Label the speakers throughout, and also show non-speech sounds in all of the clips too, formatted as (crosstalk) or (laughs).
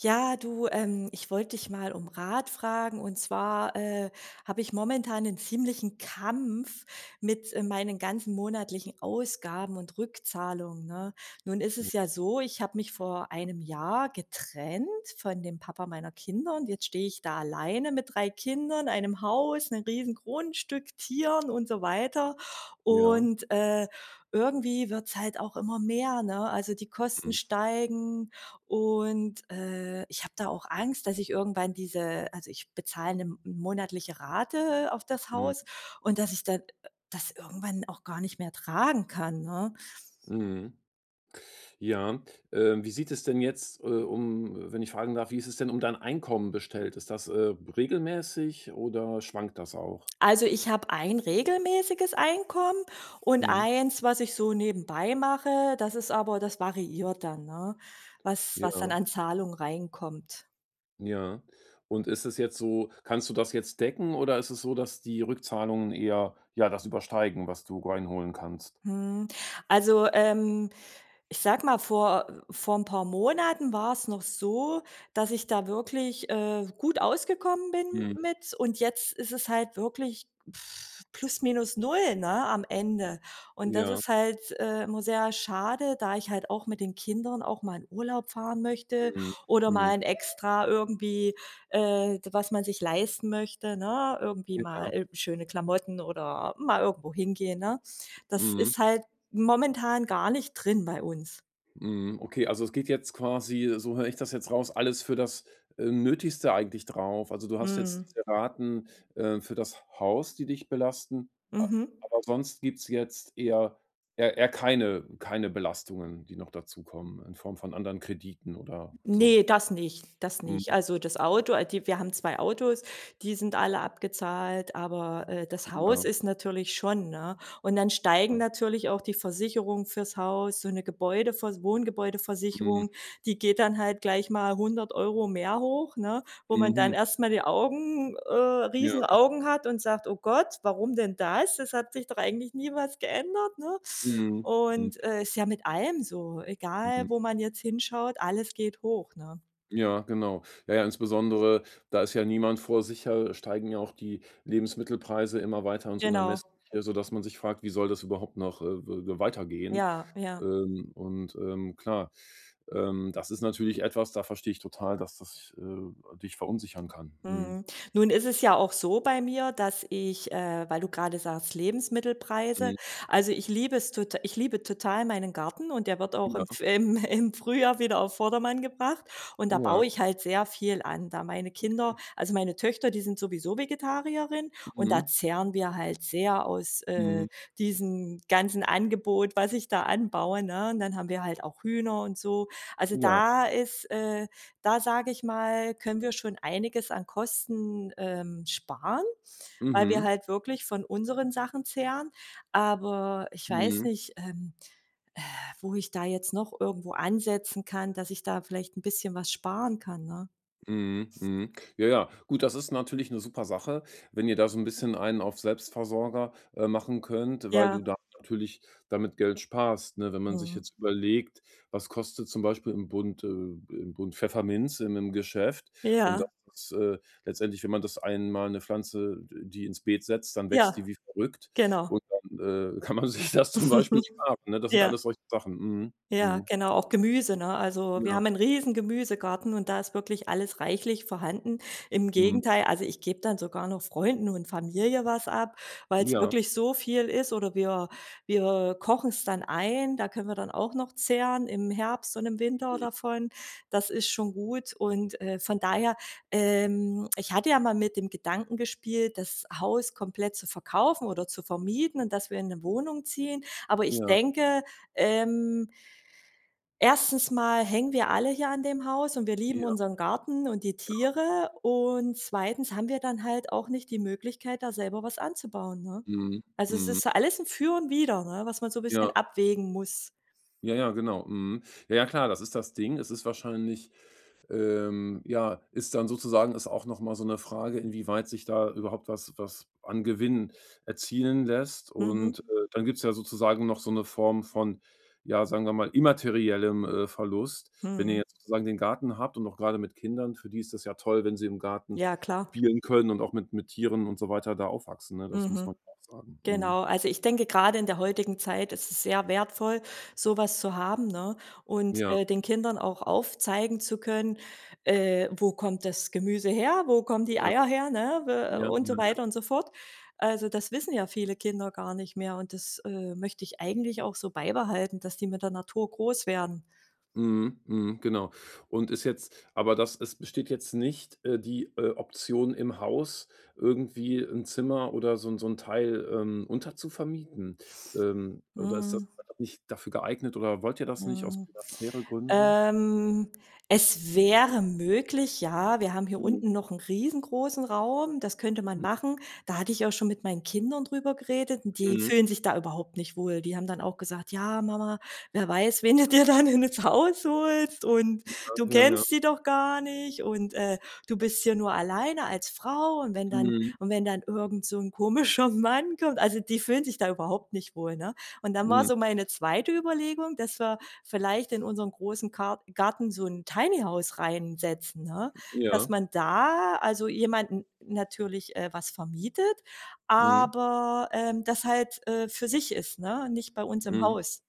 Speaker 1: Ja, du, ich wollte dich mal um Rat fragen. Und zwar habe ich momentan einen ziemlichen Kampf mit meinen ganzen monatlichen Ausgaben und Rückzahlungen. Ne? Nun ist
Speaker 2: J
Speaker 1: es ja so, ich habe mich vor einem Jahr getrennt von dem Papa meiner Kinder, und jetzt stehe ich da alleine mit drei Kindern, einem Haus, einem riesen Grundstück, Tieren und so weiter.
Speaker 2: ja.
Speaker 1: Und irgendwie wird's halt auch immer mehr. Ne? Also die Kosten
Speaker 2: Mhm.
Speaker 1: steigen, und ich habe da auch Angst, dass ich irgendwann diese also, ich bezahle eine monatliche Rate auf das
Speaker 2: Mhm.
Speaker 1: Haus, und dass ich dann das irgendwann auch gar nicht mehr tragen kann, ne?
Speaker 2: Mhm. Ja. Wie sieht es denn jetzt, um wenn ich fragen darf, wie ist es denn um dein Einkommen bestellt? Ist das, regelmäßig oder schwankt das auch?
Speaker 1: Also, ich habe ein regelmäßiges Einkommen und
Speaker 2: Mhm.
Speaker 1: eins, was ich so nebenbei mache, das ist aber, das variiert dann, ne, was dann
Speaker 2: Ja,
Speaker 1: an Zahlungen reinkommt.
Speaker 2: ja. Und ist es jetzt so, kannst du das jetzt decken oder ist es so, dass die Rückzahlungen eher, ja, das übersteigen, was du reinholen kannst?
Speaker 1: Mhm. Also, ich sag mal, vor ein paar Monaten war es noch so, dass ich da wirklich, gut ausgekommen bin
Speaker 2: Mhm.
Speaker 1: mit, und jetzt ist es halt wirklich, plus minus null, ne, am Ende. Und das
Speaker 2: Ja.
Speaker 1: ist halt, immer sehr schade, da ich halt auch mit den Kindern auch mal in Urlaub fahren möchte
Speaker 2: Mhm.
Speaker 1: oder mal
Speaker 2: Mhm.
Speaker 1: ein extra irgendwie, was man sich leisten möchte, ne? Irgendwie
Speaker 2: Ja, ja.
Speaker 1: mal, schöne Klamotten oder mal irgendwo hingehen, ne? Das
Speaker 2: Mhm.
Speaker 1: ist halt momentan gar nicht drin bei uns.
Speaker 2: Mhm, okay, also es geht jetzt quasi, so höre ich das jetzt raus, alles für das, Nötigste eigentlich drauf. Also, du hast jetzt
Speaker 1: Mhm.
Speaker 2: diese Raten, für das Haus, die dich belasten, a
Speaker 1: Mhm.
Speaker 2: aber sonst gibt's jetzt eher keine Belastungen, die noch dazukommen in Form von anderen Krediten oder so.
Speaker 1: Ne, das nicht, das nicht.
Speaker 2: Mhm.
Speaker 1: Also, das Auto die wir haben 2 Autos, die sind alle abgezahlt, aber, das Haus
Speaker 2: Ja,
Speaker 1: ist natürlich schon, ne? Und dann steigen
Speaker 2: ja.
Speaker 1: natürlich auch die Versicherungen fürs Haus, so 'ne Gebäudevers
Speaker 2: Mhm.
Speaker 1: Wohngebäudeversicherung, die geht dann halt gleich mal 100 Euro mehr hoch, ne? Wo man
Speaker 2: Mhm.
Speaker 1: dann erstmal die Augen
Speaker 2: Ja.
Speaker 1: riesen Augen hat und sagt: „Oh Gott, warum denn das? Es hat sich doch eigentlich nie was geändert", ne?
Speaker 2: Mhm. Mhm.
Speaker 1: Und, ist ja mit allem so,
Speaker 2: Mhm.
Speaker 1: egal wo man jetzt hinschaut, alles geht hoch, ne?
Speaker 2: Ja, genau. Ja, ja, insbesondere, da ist ja niemand vor sicher, steigen ja auch die Lebensmittelpreise immer weiter ins
Speaker 1: Genau.
Speaker 2: Unermessliche, sodass man sich fragt: „Wie soll das überhaupt noch, w weitergehen?"
Speaker 1: Ja, ja.
Speaker 2: Und, klar, das ist natürlich etwas, da verstehe ich total, dass das, dich verunsichern kann. Mhm.
Speaker 1: Mhm. Nun ist es ja auch so bei mir, dass ich, weil du gerade sagst, Lebensmittelpreise,
Speaker 2: Mhm.
Speaker 1: also, ich liebe total meinen Garten, und der wird auch
Speaker 2: Ja,
Speaker 1: im (laughs) im Frühjahr wieder auf Vordermann gebracht, und da
Speaker 2: ja.
Speaker 1: baue ich halt sehr viel an, da meine Kinder, also, meine Töchter, die sind sowieso Vegetarierin, und da
Speaker 2: Mhm.
Speaker 1: zehren wir halt sehr aus,
Speaker 2: Mhm.
Speaker 1: diesem ganzen Angebot, was ich da anbaue, ne? Und dann haben wir halt auch Hühner und so. Also,
Speaker 2: Ja.
Speaker 1: da sage ich mal, können wir schon einiges an Kosten, sparen, weil wir
Speaker 2: Mhm.
Speaker 1: halt wirklich von unseren Sachen zehren. Aber ich weiß
Speaker 2: Mhm.
Speaker 1: nicht, wo ich da jetzt noch irgendwo ansetzen kann, dass ich da vielleicht ein bisschen was sparen kann, ne?
Speaker 2: Mhm, mhm. Ja, ja. Gut, das ist natürlich eine super Sache, wenn ihr da so ein bisschen einen auf Selbstversorger, machen könnt, weil
Speaker 1: Ja,
Speaker 2: du da natürlich damit Geld sparst, ne? Wenn man sich
Speaker 1: mhm.
Speaker 2: jetzt überlegt, was kostet zum Beispiel im Bund im Bund Pfefferminz im Geschäft und das
Speaker 1: Ja,
Speaker 2: ist, letztendlich, wenn man das einmal eine Pflanze, die ins Beet setzt, dann wächst die
Speaker 1: ja,
Speaker 2: wie verrückt
Speaker 1: genau.
Speaker 2: und dann, kann man (laughs) sich das zum Beispiel
Speaker 1: (laughs)
Speaker 2: sparen, ne? Das sind
Speaker 1: Ja.
Speaker 2: alles solche Sachen. Mhm,
Speaker 1: Ja,
Speaker 2: mhm.
Speaker 1: genau, auch Gemüse, ne? Also, wir
Speaker 2: Ja,
Speaker 1: haben einen riesen Gemüsegarten, und da ist wirklich alles reichlich vorhanden. Im
Speaker 2: mhm.
Speaker 1: Gegenteil, also, ich gebe dann sogar noch Freunden und Familie was ab, weil es
Speaker 2: Ja,
Speaker 1: wirklich so viel ist, oder wir kochen es dann ein, da können wir dann auch noch zehren im Herbst und im Winter
Speaker 2: mhm.
Speaker 1: davon. Das ist schon gut, und, von daher, ich hatte ja mal mit dem Gedanken gespielt, das Haus komplett zu verkaufen oder zu vermieten und dass wir in eine Wohnung ziehen, aber ich
Speaker 2: Ja,
Speaker 1: denke, ähm erstens mal hängen wir alle hier an dem Haus und wir lieben
Speaker 2: ja.
Speaker 1: unseren Garten und die Tiere, und zweitens haben wir dann halt auch nicht die Möglichkeit, da selber was anzubauen, ne?
Speaker 2: Mhm,
Speaker 1: Also, es
Speaker 2: mhm.
Speaker 1: ist alles 'n Für und Wider, ne, was man so 'n bisschen
Speaker 2: Ja,
Speaker 1: abwägen muss.
Speaker 2: ja, ja, genau. Mhm. Ja, ja, klar, das ist das Ding. Es ist wahrscheinlich ja, ist dann sozusagen, ist auch noch mal so eine Frage, inwieweit sich da überhaupt was an Gewinn erzielen lässt.
Speaker 1: Mhm.
Speaker 2: Und, dann gibt's ja sozusagen noch so eine Form von, ja, sagen wir mal, immateriellem, Verlust. Wenn ihr
Speaker 1: Mhm.
Speaker 2: jetzt sozusagen den Garten habt und auch gerade mit Kindern, für die ist das ja toll, wenn sie im Garten
Speaker 1: Ja, klar.
Speaker 2: spielen können und auch mit Tieren und so weiter da aufwachsen, ne? Das muss
Speaker 1: Mhm.
Speaker 2: man ja auch sagen. Mhm.
Speaker 1: Genau, also ich denke, gerade in der heutigen Zeit ist es sehr wertvoll, sowas zu haben, ne? Und,
Speaker 2: Ja,
Speaker 1: den Kindern auch aufzeigen zu können, wo kommt das Gemüse her, wo kommen die
Speaker 2: ja,
Speaker 1: Eier her, ne, w
Speaker 2: ja,
Speaker 1: und so
Speaker 2: ja.
Speaker 1: weiter und so fort. Also, das wissen ja viele Kinder gar nicht mehr, und das, möchte ich eigentlich auch so beibehalten, dass die mit der Natur groß werden.
Speaker 2: Mhm, mhm, genau. Und ist jetzt aber das, es besteht jetzt nicht, die, Option im Haus irgendwie ein Zimmer oder so ein Teil, unterzuvermieten? Oder ist das
Speaker 1: Mhm,
Speaker 2: nicht dafür geeignet oder wollt ihr das nicht aus
Speaker 1: mhm.
Speaker 2: Privatsphäregründen?
Speaker 1: Ähm, Es wäre möglich, ja. Wir haben hier
Speaker 2: Mhm.
Speaker 1: unten noch 'n riesengroßen Raum, das könnte man machen. Da hatte ich auch schon mit meinen Kindern drüber geredet, und die
Speaker 2: Mhm,
Speaker 1: fühlen sich da überhaupt nicht wohl. Die haben dann auch gesagt: „Ja, Mama, wer weiß, wen du dir (laughs) dann ins Haus holst und du
Speaker 2: ja, ja.
Speaker 1: kennst die doch gar nicht, und, du bist hier nur alleine als Frau, und wenn dann
Speaker 2: Mhm,
Speaker 1: und wenn dann irgend so 'n komischer Mann kommt", also, die fühlen sich da überhaupt nicht wohl, ne? Und dann war
Speaker 2: mhm,
Speaker 1: so meine zweite Überlegung, dass wir vielleicht in unseren großen Kar Garten so ein Tiny House reinsetzen, ne? Dass
Speaker 2: ja,
Speaker 1: man da also jemanden natürlich, was vermietet,
Speaker 2: mhm,
Speaker 1: aber, das halt, für sich ist, ne, nicht bei uns im
Speaker 2: mhm.
Speaker 1: Haus.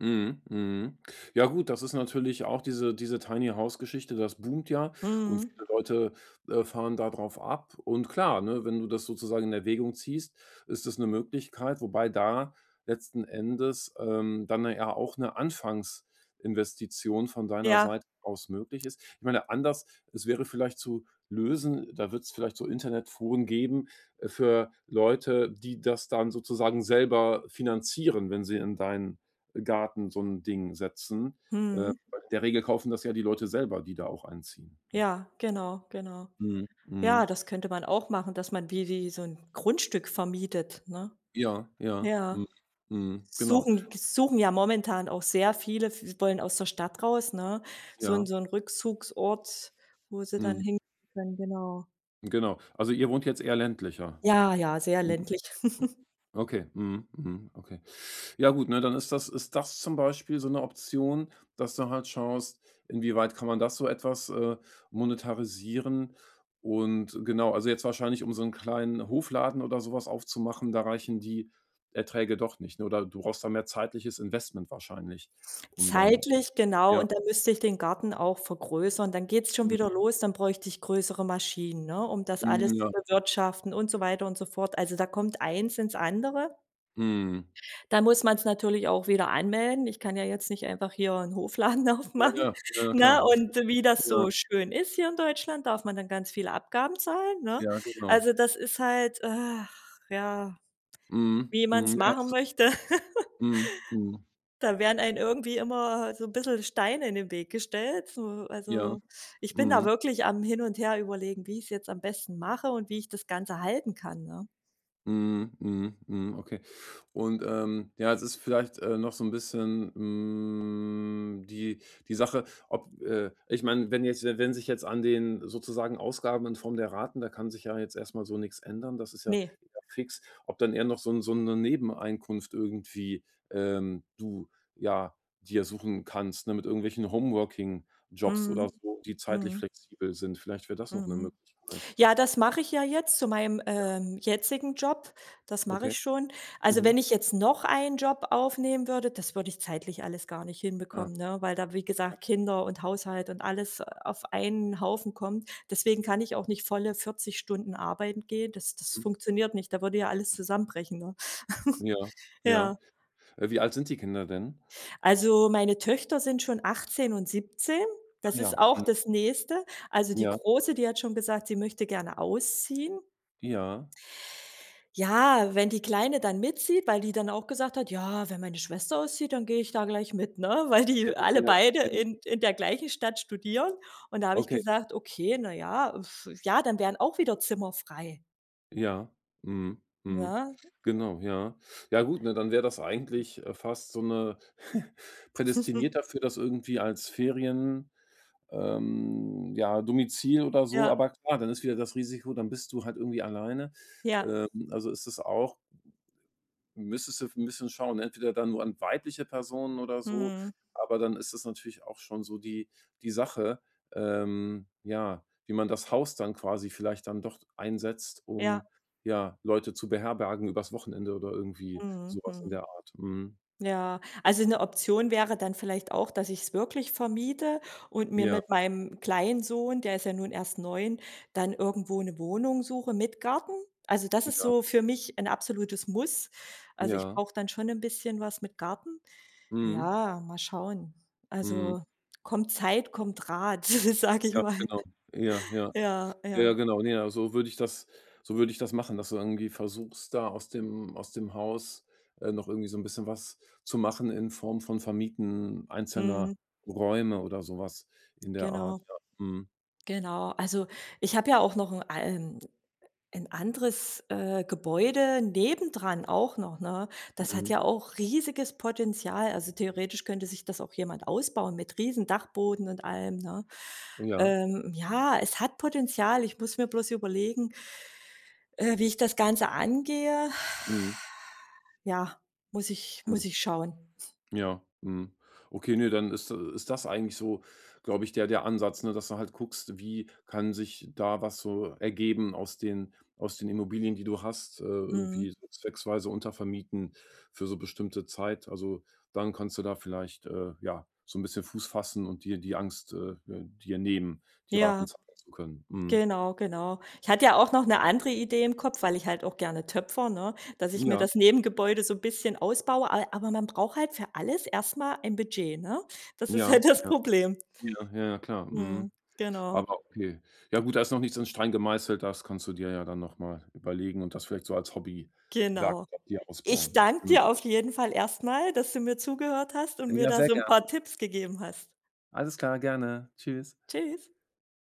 Speaker 2: Mhm, mhm. Ja gut, das ist natürlich auch diese Tiny-House-Geschichte, das boomt ja und
Speaker 1: Mhm.
Speaker 2: viele Leute, fahren da drauf ab. Und klar, ne, wenn du das sozusagen in Erwägung ziehst, ist das eine Möglichkeit, wobei da letzten Endes, dann na ja auch eine Anfangsinvestition von deiner
Speaker 1: Ja.
Speaker 2: Seite aus möglich ist. Ich meine, anders, es wäre vielleicht zu lösen, da wird es vielleicht so Internetforen geben, für Leute, die das dann sozusagen selber finanzieren, wenn sie in deinen Garten so ein Ding setzen.
Speaker 1: Mhm.
Speaker 2: In der Regel kaufen das ja die Leute selber, die da auch einziehen, ne?
Speaker 1: Ja, genau, genau.
Speaker 2: Mhm, mhm.
Speaker 1: Ja, das könnte man auch machen, dass man wie so ein Grundstück vermietet, ne?
Speaker 2: Ja, ja.
Speaker 1: Ja.
Speaker 2: Mhm, mhm, genau.
Speaker 1: Suchen ja momentan auch sehr viele, v wollen aus der Stadt raus, ne? So 'n
Speaker 2: Ja,
Speaker 1: so 'n Rückzugsort, wo sie dann
Speaker 2: mhm,
Speaker 1: hin können, genau.
Speaker 2: genau. Also, ihr wohnt jetzt eher ländlicher?
Speaker 1: Ja, ja, sehr
Speaker 2: Mhm,
Speaker 1: ländlich. (laughs)
Speaker 2: okay. Mhm, mhm, okay. Ja gut, ne, dann ist das zum Beispiel so eine Option, dass du halt schaust, inwieweit kann man das, so etwas, monetarisieren? Und genau, also jetzt wahrscheinlich, um so einen kleinen Hofladen oder sowas aufzumachen, da reichen die Erträge doch nicht, ne? Oder du brauchst da mehr zeitliches Investment wahrscheinlich, um dann
Speaker 1: Zeitlich, genau,
Speaker 2: ja,
Speaker 1: und dann müsste ich den Garten auch vergrößern. Dann geht's schon
Speaker 2: mhm,
Speaker 1: wieder los, dann bräuchte ich größere Maschinen, ne, um das
Speaker 2: mhm,
Speaker 1: alles zu
Speaker 2: ja,
Speaker 1: bewirtschaften und so weiter und so fort. Also, da kommt eins ins andere.
Speaker 2: mhm.
Speaker 1: Da muss man's natürlich auch wieder anmelden. Ich kann ja jetzt nicht einfach hier 'n Hofladen (laughs)
Speaker 2: Ja,
Speaker 1: aufmachen,
Speaker 2: ja, ja, ja, klar.
Speaker 1: ne? Und wie das
Speaker 2: Ja,
Speaker 1: so schön ist hier in Deutschland, darf man dann ganz viele Abgaben zahlen, ne?
Speaker 2: ja, genau.
Speaker 1: Also, das ist halt, ach, ja,
Speaker 2: Mhm,
Speaker 1: wie
Speaker 2: mhm,
Speaker 1: man's
Speaker 2: ja,
Speaker 1: machen
Speaker 2: so
Speaker 1: möchte. (laughs)
Speaker 2: mhm, mhm,
Speaker 1: Da werden einem irgendwie immer so 'n bisschen Steine in den Weg gestellt. So,
Speaker 2: ja,
Speaker 1: also, ich bin da
Speaker 2: mhm.
Speaker 1: wirklich am Hin und Her überlegen, wie ich's jetzt am besten mache und wie ich das Ganze halten kann, ne?
Speaker 2: Mhm, mhm, mhm, okay. Und, ja, es ist vielleicht, noch so ein bisschen, die Sache, ob ich meine, wenn sich jetzt an den sozusagen Ausgaben in Form der Raten, da kann sich ja jetzt erstmal so nichts ändern, das ist ja
Speaker 1: Ne.
Speaker 2: ja fix, ob dann eher noch so 'n so 'ne Nebeneinkunft irgendwie, du, ja, dir suchen kannst, ne, mit irgendwelchen Homeworking-Jobs oder
Speaker 1: Mhm.
Speaker 2: so, die zeitlich
Speaker 1: Mhm.
Speaker 2: flexibel sind. Vielleicht wäre das noch eine
Speaker 1: Mhm.
Speaker 2: Möglichkeit.
Speaker 1: Ja, das mache ich ja jetzt zu meinem, jetzigen Job. Das mache
Speaker 2: Okay.
Speaker 1: ich schon. Also, wenn
Speaker 2: Mhm.
Speaker 1: ich jetzt noch einen Job aufnehmen würde, das würde ich zeitlich alles gar nicht
Speaker 2: Ah,
Speaker 1: hinbekommen, ne, weil da, wie
Speaker 2: ja.
Speaker 1: gesagt, Kinder und Haushalt und alles auf einen Haufen kommt. Deswegen kann ich auch nicht volle 40 Stunden arbeiten gehen. Das
Speaker 2: Mhm.
Speaker 1: funktioniert nicht. Da würde ja alles zusammenbrechen, ne? (laughs)
Speaker 2: Ja, ja.
Speaker 1: Ja.
Speaker 2: Wie alt sind die Kinder denn?
Speaker 1: Also, meine Töchter sind schon 18 und 17.
Speaker 2: Ah
Speaker 1: Das ist
Speaker 2: ja.
Speaker 1: auch
Speaker 2: Mhm.
Speaker 1: das Nächste. Also, die
Speaker 2: Ja,
Speaker 1: Große, die hat schon gesagt, sie möchte gerne ausziehen.
Speaker 2: ja.
Speaker 1: Ja, wenn die Kleine dann mitzieht, weil die dann auch gesagt hat: „Ja, wenn meine Schwester auszieht, dann gehe ich da gleich mit", ne? Weil
Speaker 2: Ja,
Speaker 1: die alle
Speaker 2: ja,
Speaker 1: beide
Speaker 2: ja.
Speaker 1: in der gleichen Stadt studieren. Und da habe ich
Speaker 2: Okay,
Speaker 1: gesagt: „Okay, na ja, ja, dann wären auch wieder Zimmer frei",
Speaker 2: ja. Mhm, mhm.
Speaker 1: ne?
Speaker 2: Genau, ja. Ja gut, ne, dann wäre das eigentlich, fast so 'ne (laughs) prädestiniert
Speaker 1: (laughs)
Speaker 2: dafür, das irgendwie als Ferien, ja, Domizil oder so,
Speaker 1: Ja,
Speaker 2: aber klar, dann ist wieder das Risiko, dann bist du halt irgendwie alleine.
Speaker 1: ja.
Speaker 2: Also ist es auch, müsstest du 'n bisschen schauen, entweder dann nur an weibliche Personen oder so,
Speaker 1: Mhm.
Speaker 2: aber dann ist das natürlich auch schon so die Sache, ja, wie man das Haus dann quasi vielleicht dann doch einsetzt,
Speaker 1: Ja.
Speaker 2: um, ja, Leute zu beherbergen übers Wochenende oder irgendwie
Speaker 1: Mhm.
Speaker 2: sowas in
Speaker 1: Mhm.
Speaker 2: der Art. Mhm.
Speaker 1: Ja, also eine Option wäre dann vielleicht auch, dass ich es wirklich vermiete und mir
Speaker 2: Ja,
Speaker 1: mit meinem kleinen Sohn, der ist ja nun erst 9, dann irgendwo eine Wohnung suche mit Garten. Also, das ist
Speaker 2: ja,
Speaker 1: so für mich ein absolutes Muss. Also, ich
Speaker 2: ja.
Speaker 1: brauche dann schon ein bisschen was mit Garten.
Speaker 2: Mhm.
Speaker 1: Ja, mal schauen.
Speaker 2: Mhm.
Speaker 1: Also, kommt Zeit, kommt Rat, (laughs) sage ich
Speaker 2: Ja,
Speaker 1: mal.
Speaker 2: genau. Ja, ja.
Speaker 1: Ja,
Speaker 2: Ja,
Speaker 1: ja.
Speaker 2: genau, ne, ja, so würde ich das machen, dass du irgendwie versuchst, da aus dem Haus, noch irgendwie so ein bisschen was zu machen in Form von Vermieten einzelner
Speaker 1: Mhm,
Speaker 2: Räume oder sowas in der Art,
Speaker 1: genau,
Speaker 2: ja. Mhm,
Speaker 1: genau. Also, ich habe ja auch noch ein anderes, Gebäude nebendran auch noch, ne? Das hat
Speaker 2: mhm.
Speaker 1: ja auch riesiges Potenzial. Also, theoretisch könnte sich das auch jemand ausbauen mit riesen Dachboden und allem, ne?
Speaker 2: Ja,
Speaker 1: Ja, es hat Potenzial. Ich muss mir bloß überlegen, wie ich das Ganze angehe.
Speaker 2: mhm,
Speaker 1: Ja, muss ich
Speaker 2: mhm.
Speaker 1: muss ich schauen.
Speaker 2: Ja, mhm. Okay, ne, dann ist, ist das eigentlich so, glaube ich, der Ansatz, ne, dass du halt guckst, wie kann sich da was so ergeben aus den Immobilien, die du hast,
Speaker 1: Mhm.
Speaker 2: irgendwie so zwecksweise untervermieten für so bestimmte Zeit. Also, dann kannst du da vielleicht, ja, so ein bisschen Fuß fassen und dir die Angst, dir nehmen, die Raten
Speaker 1: Ja.
Speaker 2: zahlen zu können. Mhm.
Speaker 1: Genau, genau. Ich hatte ja auch noch eine andere Idee im Kopf, weil ich halt auch gerne Töpfer, ne, dass ich mir
Speaker 2: Ja,
Speaker 1: das Nebengebäude so ein bisschen ausbaue, a aber man braucht halt für alles erstmal ein Budget, ne? Das ist
Speaker 2: ja,
Speaker 1: halt das
Speaker 2: ja,
Speaker 1: Problem.
Speaker 2: ja, ja, ja, klar,
Speaker 1: Mhm,
Speaker 2: mhm.
Speaker 1: genau,
Speaker 2: Aber okay. Ja gut, da ist noch nichts in Stein gemeißelt, das kannst du dir ja dann noch mal überlegen und das vielleicht so als
Speaker 1: genau.
Speaker 2: Hobbywerkstatt dir
Speaker 1: Ich
Speaker 2: ausbauen.
Speaker 1: danke
Speaker 2: Mhm.
Speaker 1: dir auf jeden Fall erstmal, dass du mir zugehört hast und mir
Speaker 2: Ja,
Speaker 1: da
Speaker 2: sehr
Speaker 1: so ein
Speaker 2: gerne.
Speaker 1: paar Tipps gegeben hast.
Speaker 2: Alles klar, gerne. Tschüss.
Speaker 1: Tschüss.